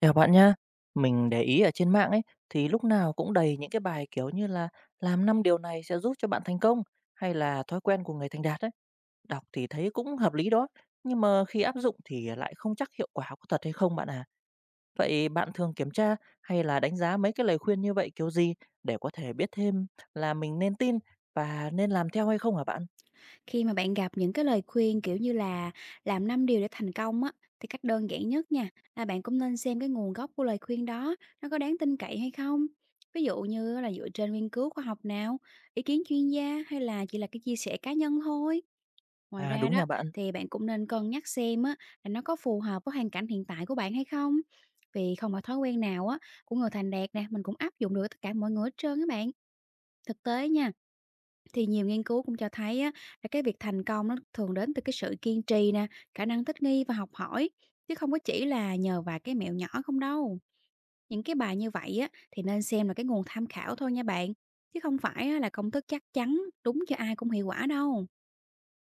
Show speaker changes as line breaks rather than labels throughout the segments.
Chào bạn nhá. Mình để ý ở trên mạng ấy thì lúc nào cũng đầy những cái bài kiểu như là làm 5 điều này sẽ giúp cho bạn thành công hay là thói quen của người thành đạt ấy. Đọc thì thấy cũng hợp lý đó, nhưng mà khi áp dụng thì lại không chắc hiệu quả có thật hay không bạn à. Vậy bạn thường kiểm tra hay là đánh giá mấy cái lời khuyên như vậy kiểu gì để có thể biết thêm là mình nên tin và nên làm theo hay không hả bạn?
Khi mà bạn gặp những cái lời khuyên, kiểu như là, làm 5 điều để thành công á, thì cách đơn giản nhất nha, là bạn cũng nên xem cái nguồn gốc của lời khuyên đó, nó có đáng tin cậy hay không? Ví dụ như là dựa trên nghiên cứu khoa học nào, ý kiến chuyên gia hay là chỉ là cái chia sẻ cá nhân thôi. Ngoài
À
ra
đúng nha
đó,
bạn.
thì bạn cũng nên cân nhắc xem á, là nó có phù hợp với hoàn cảnh hiện tại của bạn hay không? Vì không phải thói quen nào á, của người thành đạt nè, mình cũng áp dụng được tất cả mọi người hết trơn các bạn. Thực tế nha, thì nhiều nghiên cứu cũng cho thấy á, là cái việc thành công nó thường đến từ cái sự kiên trì nè, khả năng thích nghi và học hỏi, chứ không có chỉ là nhờ vài cái mẹo nhỏ không đâu. Những cái bài như vậy á, thì nên xem là cái nguồn tham khảo thôi nha bạn, chứ không phải á, là công thức chắc chắn đúng cho ai cũng hiệu quả đâu.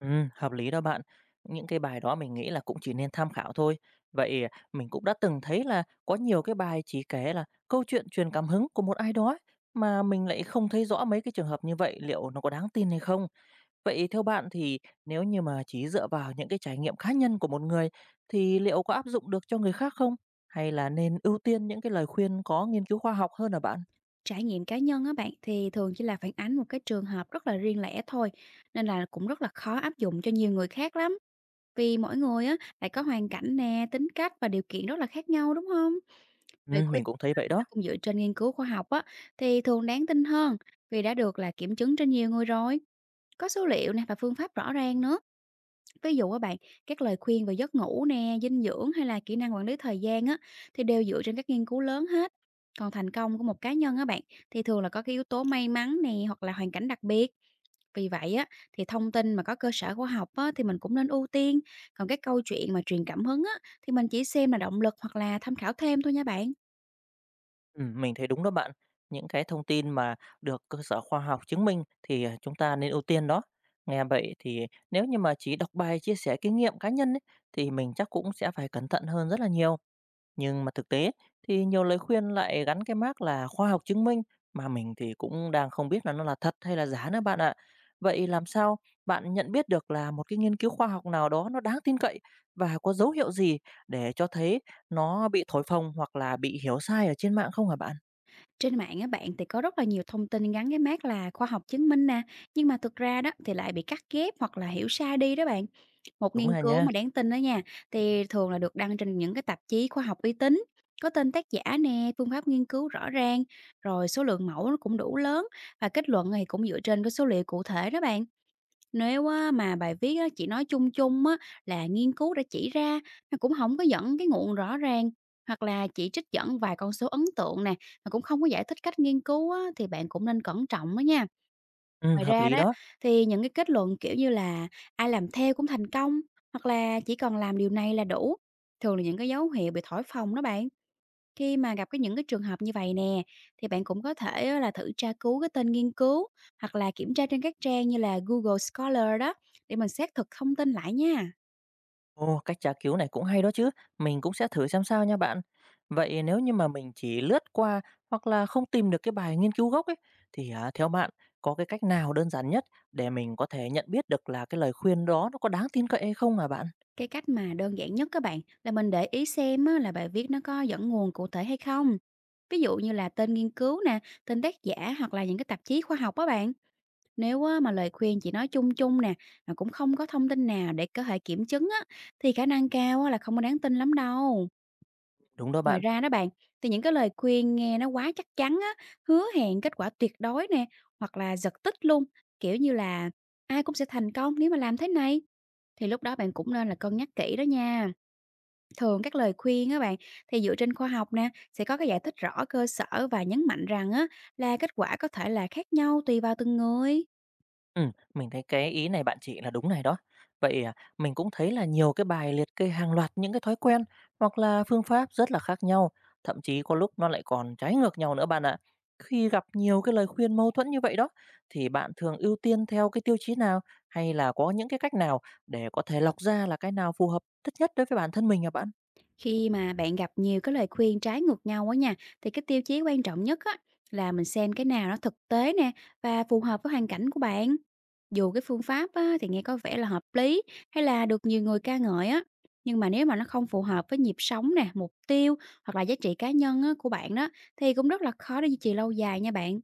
Hợp lý đó bạn. Những cái bài đó mình nghĩ là cũng chỉ nên tham khảo thôi. Vậy à, mình cũng đã từng thấy là có nhiều cái bài chỉ kể là câu chuyện truyền cảm hứng của một ai đó ấy, mà mình lại không thấy rõ mấy cái trường hợp như vậy liệu nó có đáng tin hay không. Vậy theo bạn thì nếu như mà chỉ dựa vào những cái trải nghiệm cá nhân của một người thì liệu có áp dụng được cho người khác không? Hay là nên ưu tiên những cái lời khuyên có nghiên cứu khoa học hơn hả bạn?
Trải nghiệm cá nhân á bạn thì thường chỉ là phản ánh một cái trường hợp rất là riêng lẻ thôi, nên là cũng rất là khó áp dụng cho nhiều người khác lắm. Vì mỗi người á lại có hoàn cảnh nè, tính cách và điều kiện rất là khác nhau, đúng không? Lời khuyên
Mình cũng thấy
á
vậy
thì nó
đó.
cũng dựa trên nghiên cứu khoa học á, thì thường đáng tin hơn vì đã được là kiểm chứng trên nhiều người rồi, có số liệu nè và phương pháp rõ ràng nữa. Ví dụ các bạn, các lời khuyên về giấc ngủ nè, dinh dưỡng hay là kỹ năng quản lý thời gian á thì đều dựa trên các nghiên cứu lớn hết. Còn thành công của một cá nhân á bạn thì thường là có cái yếu tố may mắn nè, hoặc là hoàn cảnh đặc biệt. Vì vậy á thì thông tin mà có cơ sở khoa học á thì mình cũng nên ưu tiên, còn các câu chuyện mà truyền cảm hứng á thì mình chỉ xem là động lực hoặc là tham khảo thêm thôi nha bạn.
Mình thấy đúng đó bạn. Những cái thông tin mà được cơ sở khoa học chứng minh thì, à, chúng ta nên ưu tiên đó. Nghe vậy thì nếu như mà chỉ đọc bài chia sẻ kinh nghiệm cá nhân ấy, thì mình chắc cũng sẽ phải cẩn thận hơn rất là nhiều. Nhưng mà thực tế thì nhiều lời khuyên lại gắn cái mác là khoa học chứng minh mà mình thì cũng đang không biết là nó là thật hay là giả nữa bạn ạ. Vậy làm sao bạn nhận biết được là một cái nghiên cứu khoa học nào đó nó đáng tin cậy và có dấu hiệu gì để cho thấy nó bị thổi phồng hoặc là bị hiểu sai ở trên mạng không hả bạn?
Trên mạng á bạn thì có rất là nhiều thông tin gắn cái mác là khoa học chứng minh nè, nhưng mà thực ra đó thì lại bị cắt ghép hoặc là hiểu sai đi đó bạn. Một
Đúng
nghiên
rồi
cứu
nha.
mà đáng tin đó nha, thì thường là được đăng trên những cái tạp chí khoa học uy tín, có tên tác giả nè, phương pháp nghiên cứu rõ ràng, rồi số lượng mẫu nó cũng đủ lớn, và kết luận thì cũng dựa trên cái số liệu cụ thể đó bạn. Nếu á mà bài viết á chỉ nói chung chung á, là nghiên cứu đã chỉ ra, nó cũng không có dẫn cái nguồn rõ ràng, hoặc là chỉ trích dẫn vài con số ấn tượng nè, mà cũng không có giải thích cách nghiên cứu á, thì bạn cũng nên cẩn trọng đó nha. Ngoài
Hợp
ra
lý
đó,
đó.
thì những cái kết luận, kiểu như là, "Ai làm theo cũng thành công" hoặc là "Chỉ cần làm điều này là đủ", thường là những cái dấu hiệu bị thổi phồng đó bạn. Khi mà gặp cái những cái trường hợp như vậy nè, thì bạn cũng có thể á là thử tra cứu cái tên nghiên cứu, hoặc là kiểm tra trên các trang như là Google Scholar đó, để mình xác thực thông tin lại nha.
Ồ, cách tra cứu này cũng hay đó chứ. Mình cũng sẽ thử xem sao nha bạn. Vậy nếu như mà mình chỉ lướt qua hoặc là không tìm được cái bài nghiên cứu gốc ấy, thì à, theo bạn có cái cách nào đơn giản nhất để mình có thể nhận biết được là cái lời khuyên đó nó có đáng tin cậy hay không hả bạn?
Cái cách mà đơn giản nhất các bạn là mình để ý xem á là bài viết nó có dẫn nguồn cụ thể hay không. Ví dụ như là tên nghiên cứu nè, tên tác giả, hoặc là những cái tạp chí khoa học á bạn. Nếu á mà lời khuyên chỉ nói chung chung nè, mà cũng không có thông tin nào để có thể kiểm chứng á, thì khả năng cao á là không có đáng tin lắm đâu.
Đúng đó
Ngoài
bạn.
ra đó bạn, thì những cái lời khuyên nghe nó quá chắc chắn á, hứa hẹn kết quả tuyệt đối nè, hoặc là giật tít luôn, kiểu như là ai cũng sẽ thành công nếu mà làm thế này. Thì lúc đó bạn cũng nên là cân nhắc kỹ đó nha. Thường các lời khuyên á bạn thì dựa trên khoa học nè, sẽ có cái giải thích rõ cơ sở và nhấn mạnh rằng á là kết quả có thể là khác nhau tùy vào từng người.
Mình thấy cái ý này bạn chị là đúng này đó. Vậy, à, mình cũng thấy là nhiều cái bài liệt kê hàng loạt những cái thói quen hoặc là phương pháp rất là khác nhau, thậm chí có lúc nó lại còn trái ngược nhau nữa bạn ạ. Khi gặp nhiều cái lời khuyên mâu thuẫn như vậy đó, thì bạn thường ưu tiên theo cái tiêu chí nào hay là có những cái cách nào để có thể lọc ra là cái nào phù hợp thích nhất đối với bản thân mình à bạn?
Khi mà bạn gặp nhiều cái lời khuyên trái ngược nhau á nha, thì cái tiêu chí quan trọng nhất á là mình xem cái nào nó thực tế nè và phù hợp với hoàn cảnh của bạn. Dù cái phương pháp á, thì nghe có vẻ là hợp lý, hay là được nhiều người ca ngợi á, nhưng mà nếu mà nó không phù hợp với nhịp sống nè, mục tiêu, hoặc là giá trị cá nhân á, của bạn đó, thì cũng rất là khó để duy trì lâu dài nha bạn.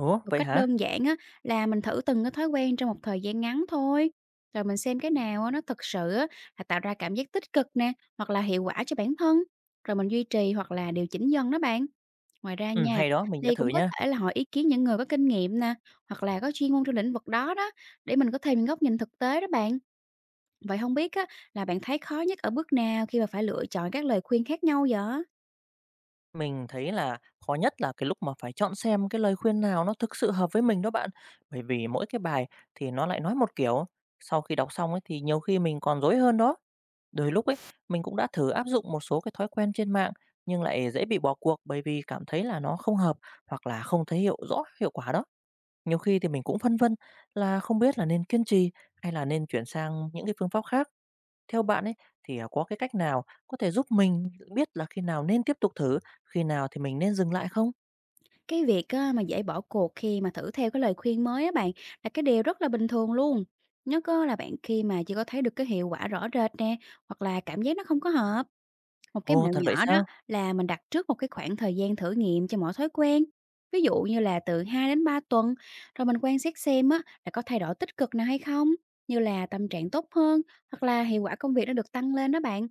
Ủa,
Một
vậy
cách
hả?
đơn giản á, là mình thử từng cái thói quen trong một thời gian ngắn thôi, rồi mình xem cái nào á, nó thực sự á, là tạo ra cảm giác tích cực nè, hoặc là hiệu quả cho bản thân, rồi mình duy trì hoặc là điều chỉnh dần đó bạn. Ngoài ra nha,
Hay đó, mình sẽ
thì
thử
cũng có
nha.
thể là hỏi ý kiến những người có kinh nghiệm nè, hoặc là có chuyên môn trong lĩnh vực đó đó, để mình có thêm những góc nhìn thực tế đó bạn. Vậy không biết á, là bạn thấy khó nhất ở bước nào khi mà phải lựa chọn các lời khuyên khác nhau vậy?
Mình thấy là khó nhất là cái lúc mà phải chọn xem cái lời khuyên nào nó thực sự hợp với mình đó bạn. Bởi vì mỗi cái bài thì nó lại nói một kiểu, sau khi đọc xong ấy thì nhiều khi mình còn rối hơn đó. Đôi lúc ấy mình cũng đã thử áp dụng một số cái thói quen trên mạng nhưng lại dễ bị bỏ cuộc bởi vì cảm thấy là nó không hợp hoặc là không thấy rõ hiệu quả đó. Nhiều khi thì mình cũng phân vân là không biết là nên kiên trì hay là nên chuyển sang những cái phương pháp khác. Theo bạn ấy thì, à, có cái cách nào có thể giúp mình biết là khi nào nên tiếp tục thử, khi nào thì mình nên dừng lại không?
Cái việc á, mà dễ bỏ cuộc khi mà thử theo cái lời khuyên mới á bạn là cái điều rất là bình thường luôn. Nhất á, là bạn khi mà chưa có thấy được cái hiệu quả rõ rệt nè, hoặc là cảm giác nó không có hợp. Một cái
Ồ,
mẹo
thật vậy
nhỏ đó
sao?
là mình đặt trước một cái khoảng thời gian thử nghiệm cho mỗi thói quen. Ví dụ như là từ 2 đến 3 tuần, rồi mình quan sát xem á, là có thay đổi tích cực nào hay không, như là tâm trạng tốt hơn, hoặc là hiệu quả công việc nó được tăng lên đó bạn.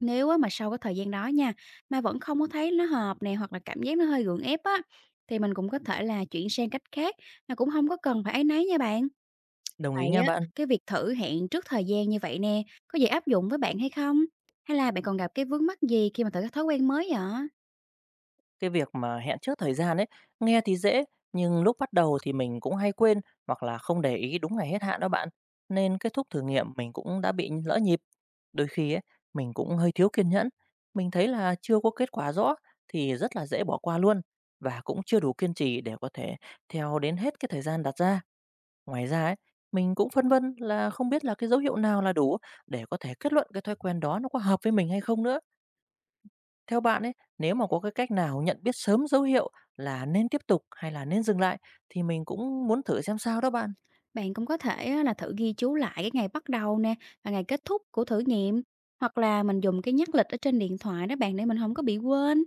Nếu á mà sau cái thời gian đó nha, mà vẫn không có thấy nó hợp nè, hoặc là cảm giác nó hơi gượng ép á, thì mình cũng có thể là chuyển sang cách khác, mà cũng không có cần phải áy náy nha bạn.
Đồng ý
Vậy
nha
á,
bạn.
cái việc thử hẹn trước thời gian như vậy nè, có dễ áp dụng với bạn hay không? Hay là bạn còn gặp cái vướng mắc gì khi mà thử cái thói quen mới vậy?
Cái việc mà hẹn trước thời gian ấy, nghe thì dễ, nhưng lúc bắt đầu thì mình cũng hay quên hoặc là không để ý đúng ngày hết hạn đó bạn. Nên kết thúc thử nghiệm mình cũng đã bị lỡ nhịp. Đôi khi ấy, mình cũng hơi thiếu kiên nhẫn. Mình thấy là chưa có kết quả rõ thì rất là dễ bỏ qua luôn và cũng chưa đủ kiên trì để có thể theo đến hết cái thời gian đặt ra. Ngoài ra ấy, mình cũng phân vân là không biết là cái dấu hiệu nào là đủ để có thể kết luận cái thói quen đó nó có hợp với mình hay không nữa. Theo bạn ấy, nếu mà có cái cách nào nhận biết sớm dấu hiệu là nên tiếp tục hay là nên dừng lại thì mình cũng muốn thử xem sao đó bạn.
Bạn cũng có thể á là thử ghi chú lại cái ngày bắt đầu nè, và ngày kết thúc của thử nghiệm, hoặc là mình dùng cái nhắc lịch ở trên điện thoại đó bạn, để mình không có bị quên.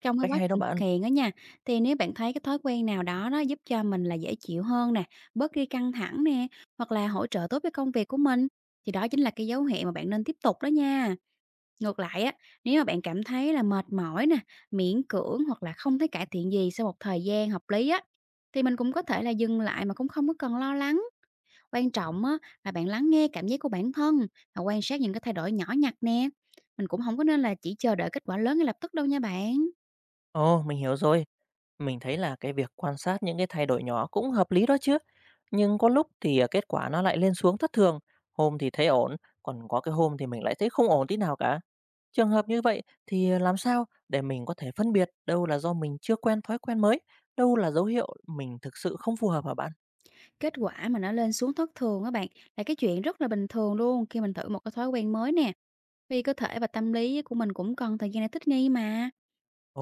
Trong cái
Cách
quá
hay đó
trình
bạn.
thực hiện á nha, thì nếu bạn thấy cái thói quen nào đó nó giúp cho mình là dễ chịu hơn nè, bớt đi căng thẳng nè, hoặc là hỗ trợ tốt với công việc của mình, thì đó chính là cái dấu hiệu mà bạn nên tiếp tục đó nha. Ngược lại á, nếu mà bạn cảm thấy là mệt mỏi nè, miễn cưỡng, hoặc là không thấy cải thiện gì sau một thời gian hợp lý á, thì mình cũng có thể là dừng lại, mà cũng không có cần lo lắng. Quan trọng á, là bạn lắng nghe cảm giác của bản thân và quan sát những cái thay đổi nhỏ nhặt nè. Mình cũng không có nên là chỉ chờ đợi kết quả lớn ngay lập tức đâu nha bạn.
Ồ, mình hiểu rồi. Mình thấy là cái việc quan sát những cái thay đổi nhỏ cũng hợp lý đó chứ. Nhưng có lúc thì à, kết quả nó lại lên xuống thất thường. Hôm thì thấy ổn, còn có cái hôm thì mình lại thấy không ổn tí nào cả. Trường hợp như vậy thì à, làm sao để mình có thể phân biệt đâu là do mình chưa quen thói quen mới, đâu là dấu hiệu mình thực sự không phù hợp hả bạn?
Kết quả mà nó lên xuống thất thường các bạn, là cái chuyện rất là bình thường luôn khi mình thử một cái thói quen mới nè, vì cơ thể và tâm lý của mình cũng cần thời gian để thích nghi mà.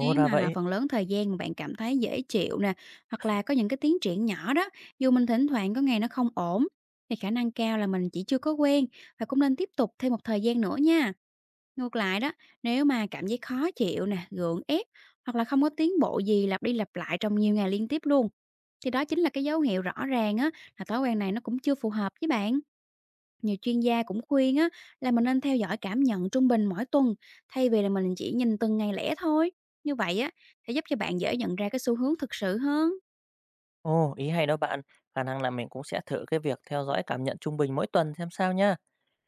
Nếu
ra
mà
vậy.
phần lớn thời gian mà bạn cảm thấy dễ chịu nè, hoặc là có những cái tiến triển nhỏ đó, dù mình thỉnh thoảng có ngày nó không ổn, thì khả năng cao là mình chỉ chưa có quen, và cũng nên tiếp tục thêm một thời gian nữa nha. Ngược lại đó, nếu mà cảm thấy khó chịu nè, gượng ép hoặc là không có tiến bộ gì lặp đi lặp lại trong nhiều ngày liên tiếp luôn, thì đó chính là cái dấu hiệu rõ ràng á, là thói quen này nó cũng chưa phù hợp với bạn. Nhiều chuyên gia cũng khuyên á, là mình nên theo dõi cảm nhận trung bình mỗi tuần, thay vì là mình chỉ nhìn từng ngày lẻ thôi. Như vậy á, sẽ giúp cho bạn dễ nhận ra cái xu hướng thực sự hơn.
Ồ, ý hay đó bạn. Khả năng là mình cũng sẽ thử cái việc theo dõi cảm nhận trung bình mỗi tuần xem sao nha.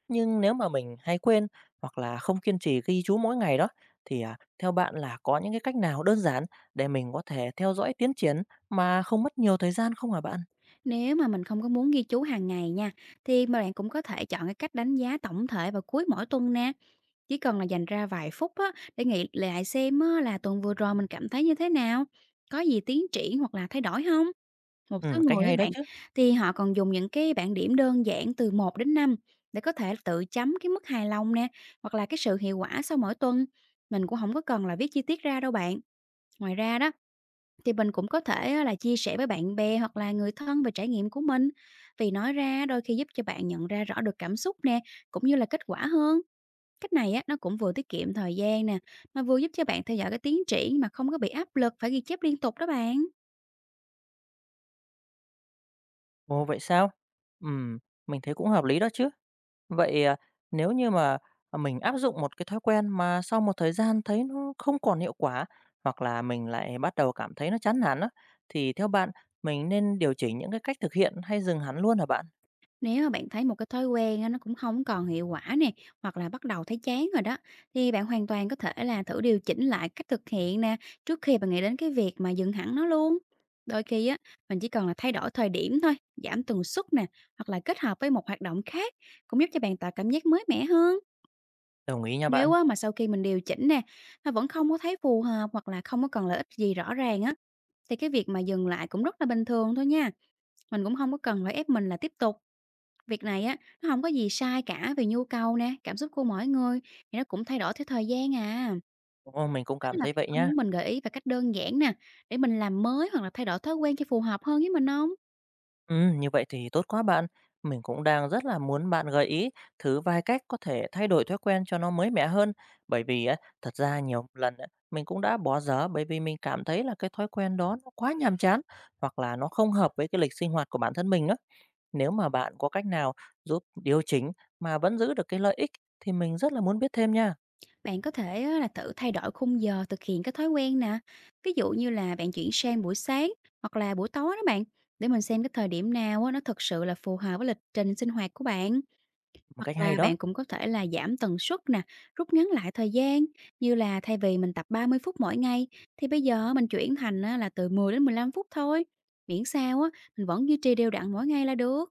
Nhưng nếu mà mình hay quên hoặc là không kiên trì ghi chú mỗi ngày đó thì à, theo bạn là có những cái cách nào đơn giản để mình có thể theo dõi tiến triển mà không mất nhiều thời gian không hả bạn?
Nếu mà mình không có muốn ghi chú hàng ngày nha, thì mà bạn cũng có thể chọn cái cách đánh giá tổng thể vào cuối mỗi tuần nè. Chỉ cần là dành ra vài phút á, để nghĩ lại xem á, là tuần vừa rồi mình cảm thấy như thế nào, có gì tiến triển hoặc là thay đổi không. Một số
Ừ, cách
người á
hay đó
bạn,
chứ.
thì họ còn dùng những cái bảng điểm đơn giản từ một đến năm, để có thể tự chấm cái mức hài lòng nè, hoặc là cái sự hiệu quả sau mỗi tuần. Mình cũng không có cần là viết chi tiết ra đâu bạn. Ngoài ra đó, thì mình cũng có thể á, là chia sẻ với bạn bè hoặc là người thân về trải nghiệm của mình, vì nói ra đôi khi giúp cho bạn nhận ra rõ được cảm xúc nè, cũng như là kết quả hơn. Cách này á, nó cũng vừa tiết kiệm thời gian nè, mà vừa giúp cho bạn theo dõi cái tiến triển mà không có bị áp lực phải ghi chép liên tục đó bạn.
Ồ vậy sao? Ừ, mình thấy cũng hợp lý đó chứ. Vậy à, nếu như mà mình áp dụng một cái thói quen mà sau một thời gian thấy nó không còn hiệu quả hoặc là mình lại bắt đầu cảm thấy nó chán nản đó thì theo bạn mình nên điều chỉnh những cái cách thực hiện hay dừng hẳn luôn hả bạn?
Nếu mà bạn thấy một cái thói quen á, nó cũng không còn hiệu quả nè, hoặc là bắt đầu thấy chán rồi đó, thì bạn hoàn toàn có thể là thử điều chỉnh lại cách thực hiện nè, trước khi bạn nghĩ đến cái việc mà dừng hẳn nó luôn. Đôi khi á, mình chỉ cần là thay đổi thời điểm thôi, giảm tần suất nè, hoặc là kết hợp với một hoạt động khác, cũng giúp cho bạn tạo cảm giác mới mẻ hơn.
Đồng ý nha
Nếu
bạn.
á mà sau khi mình điều chỉnh nè, mà vẫn không có thấy phù hợp hoặc là không có còn lợi ích gì rõ ràng á, thì cái việc mà dừng lại cũng rất là bình thường thôi nha. Mình cũng không có cần phải ép mình là tiếp tục. Việc này á, nó không có gì sai cả, vì nhu cầu nè, cảm xúc của mỗi người thì nó cũng thay đổi theo thời gian à.
Ồ, mình cũng
Tức
cảm
là
thấy
bạn
vậy
có
nhá.
muốn mình gợi ý về cách đơn giản nè, để mình làm mới hoặc là thay đổi thói quen cho phù hợp hơn với mình không?
Như vậy thì tốt quá bạn. Mình cũng đang rất là muốn bạn gợi ý thử vài cách có thể thay đổi thói quen cho nó mới mẻ hơn. Bởi vì á, thật ra nhiều lần á, mình cũng đã bỏ dở bởi vì mình cảm thấy là cái thói quen đó nó quá nhàm chán hoặc là nó không hợp với cái lịch sinh hoạt của bản thân mình á. Nếu mà bạn có cách nào giúp điều chỉnh mà vẫn giữ được cái lợi ích thì mình rất là muốn biết thêm nha.
Bạn có thể á, là thử thay đổi khung giờ thực hiện cái thói quen nè. Ví dụ như là bạn chuyển sang buổi sáng hoặc là buổi tối đó bạn, để mình xem cái thời điểm nào á, nó thực sự là phù hợp với lịch trình sinh hoạt của bạn.
Một
Hoặc
cách hay
là
đó,
bạn cũng có thể là giảm tần suất nè, rút ngắn lại thời gian, như là thay vì mình tập 30 phút mỗi ngày, thì bây giờ mình chuyển thành á, là từ 10 đến 15 phút thôi. Miễn sao á, mình vẫn duy trì đều đặn mỗi ngày là được.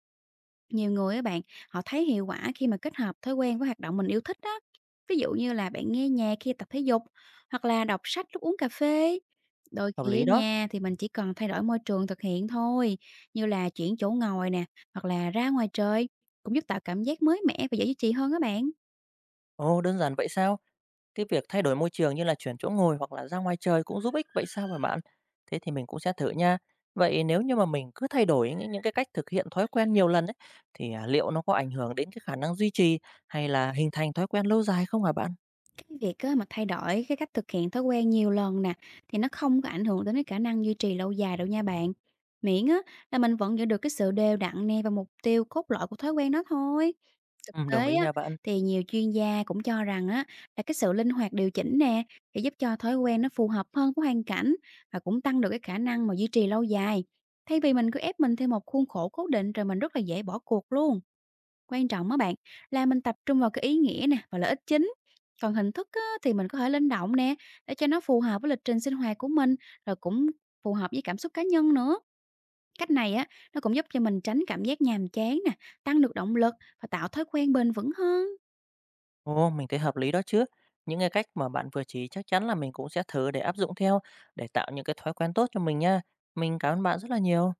Nhiều người á bạn, họ thấy hiệu quả khi mà kết hợp thói quen với hoạt động mình yêu thích đó. Ví dụ như là bạn nghe nhạc khi tập thể dục, hoặc là đọc sách lúc uống cà phê. Đôi
hợp
khi
lý
ở
đó.
nhà thì mình chỉ cần thay đổi môi trường thực hiện thôi, như là chuyển chỗ ngồi nè, hoặc là ra ngoài trời, cũng giúp tạo cảm giác mới mẻ và dễ duy trì hơn á bạn.
Ồ, đơn giản vậy sao? Cái việc thay đổi môi trường như là chuyển chỗ ngồi hoặc là ra ngoài trời cũng giúp ích vậy sao hả bạn? Thế thì mình cũng sẽ thử nha. Vậy nếu như mà mình cứ thay đổi những cái cách thực hiện thói quen nhiều lần ấy, thì à, liệu nó có ảnh hưởng đến cái khả năng duy trì hay là hình thành thói quen lâu dài không hả bạn?
Cái việc á mà thay đổi cái cách thực hiện thói quen nhiều lần nè, thì nó không có ảnh hưởng đến cái khả năng duy trì lâu dài đâu nha bạn. Miễn á là mình vẫn giữ được cái sự đều đặn nè và mục tiêu cốt lõi của thói quen đó thôi. Thực
Ừ, đồng
tế
ý
á,
nha bạn.
thì nhiều chuyên gia cũng cho rằng á, là cái sự linh hoạt điều chỉnh nè sẽ giúp cho thói quen nó phù hợp hơn với hoàn cảnh, và cũng tăng được cái khả năng mà duy trì lâu dài. Thay vì mình cứ ép mình theo một khuôn khổ cố định rồi mình rất là dễ bỏ cuộc luôn. Quan trọng á bạn, là mình tập trung vào cái ý nghĩa nè và lợi ích chính. Còn hình thức á, thì mình có thể linh động nè, để cho nó phù hợp với lịch trình sinh hoạt của mình, rồi cũng phù hợp với cảm xúc cá nhân nữa. Cách này á, nó cũng giúp cho mình tránh cảm giác nhàm chán nè, tăng được động lực và tạo thói quen bền vững hơn.
Ồ, mình thấy hợp lý đó chứ. Những cái cách mà bạn vừa chỉ chắc chắn là mình cũng sẽ thử để áp dụng theo, để tạo những cái thói quen tốt cho mình nha. Mình cảm ơn bạn rất là nhiều.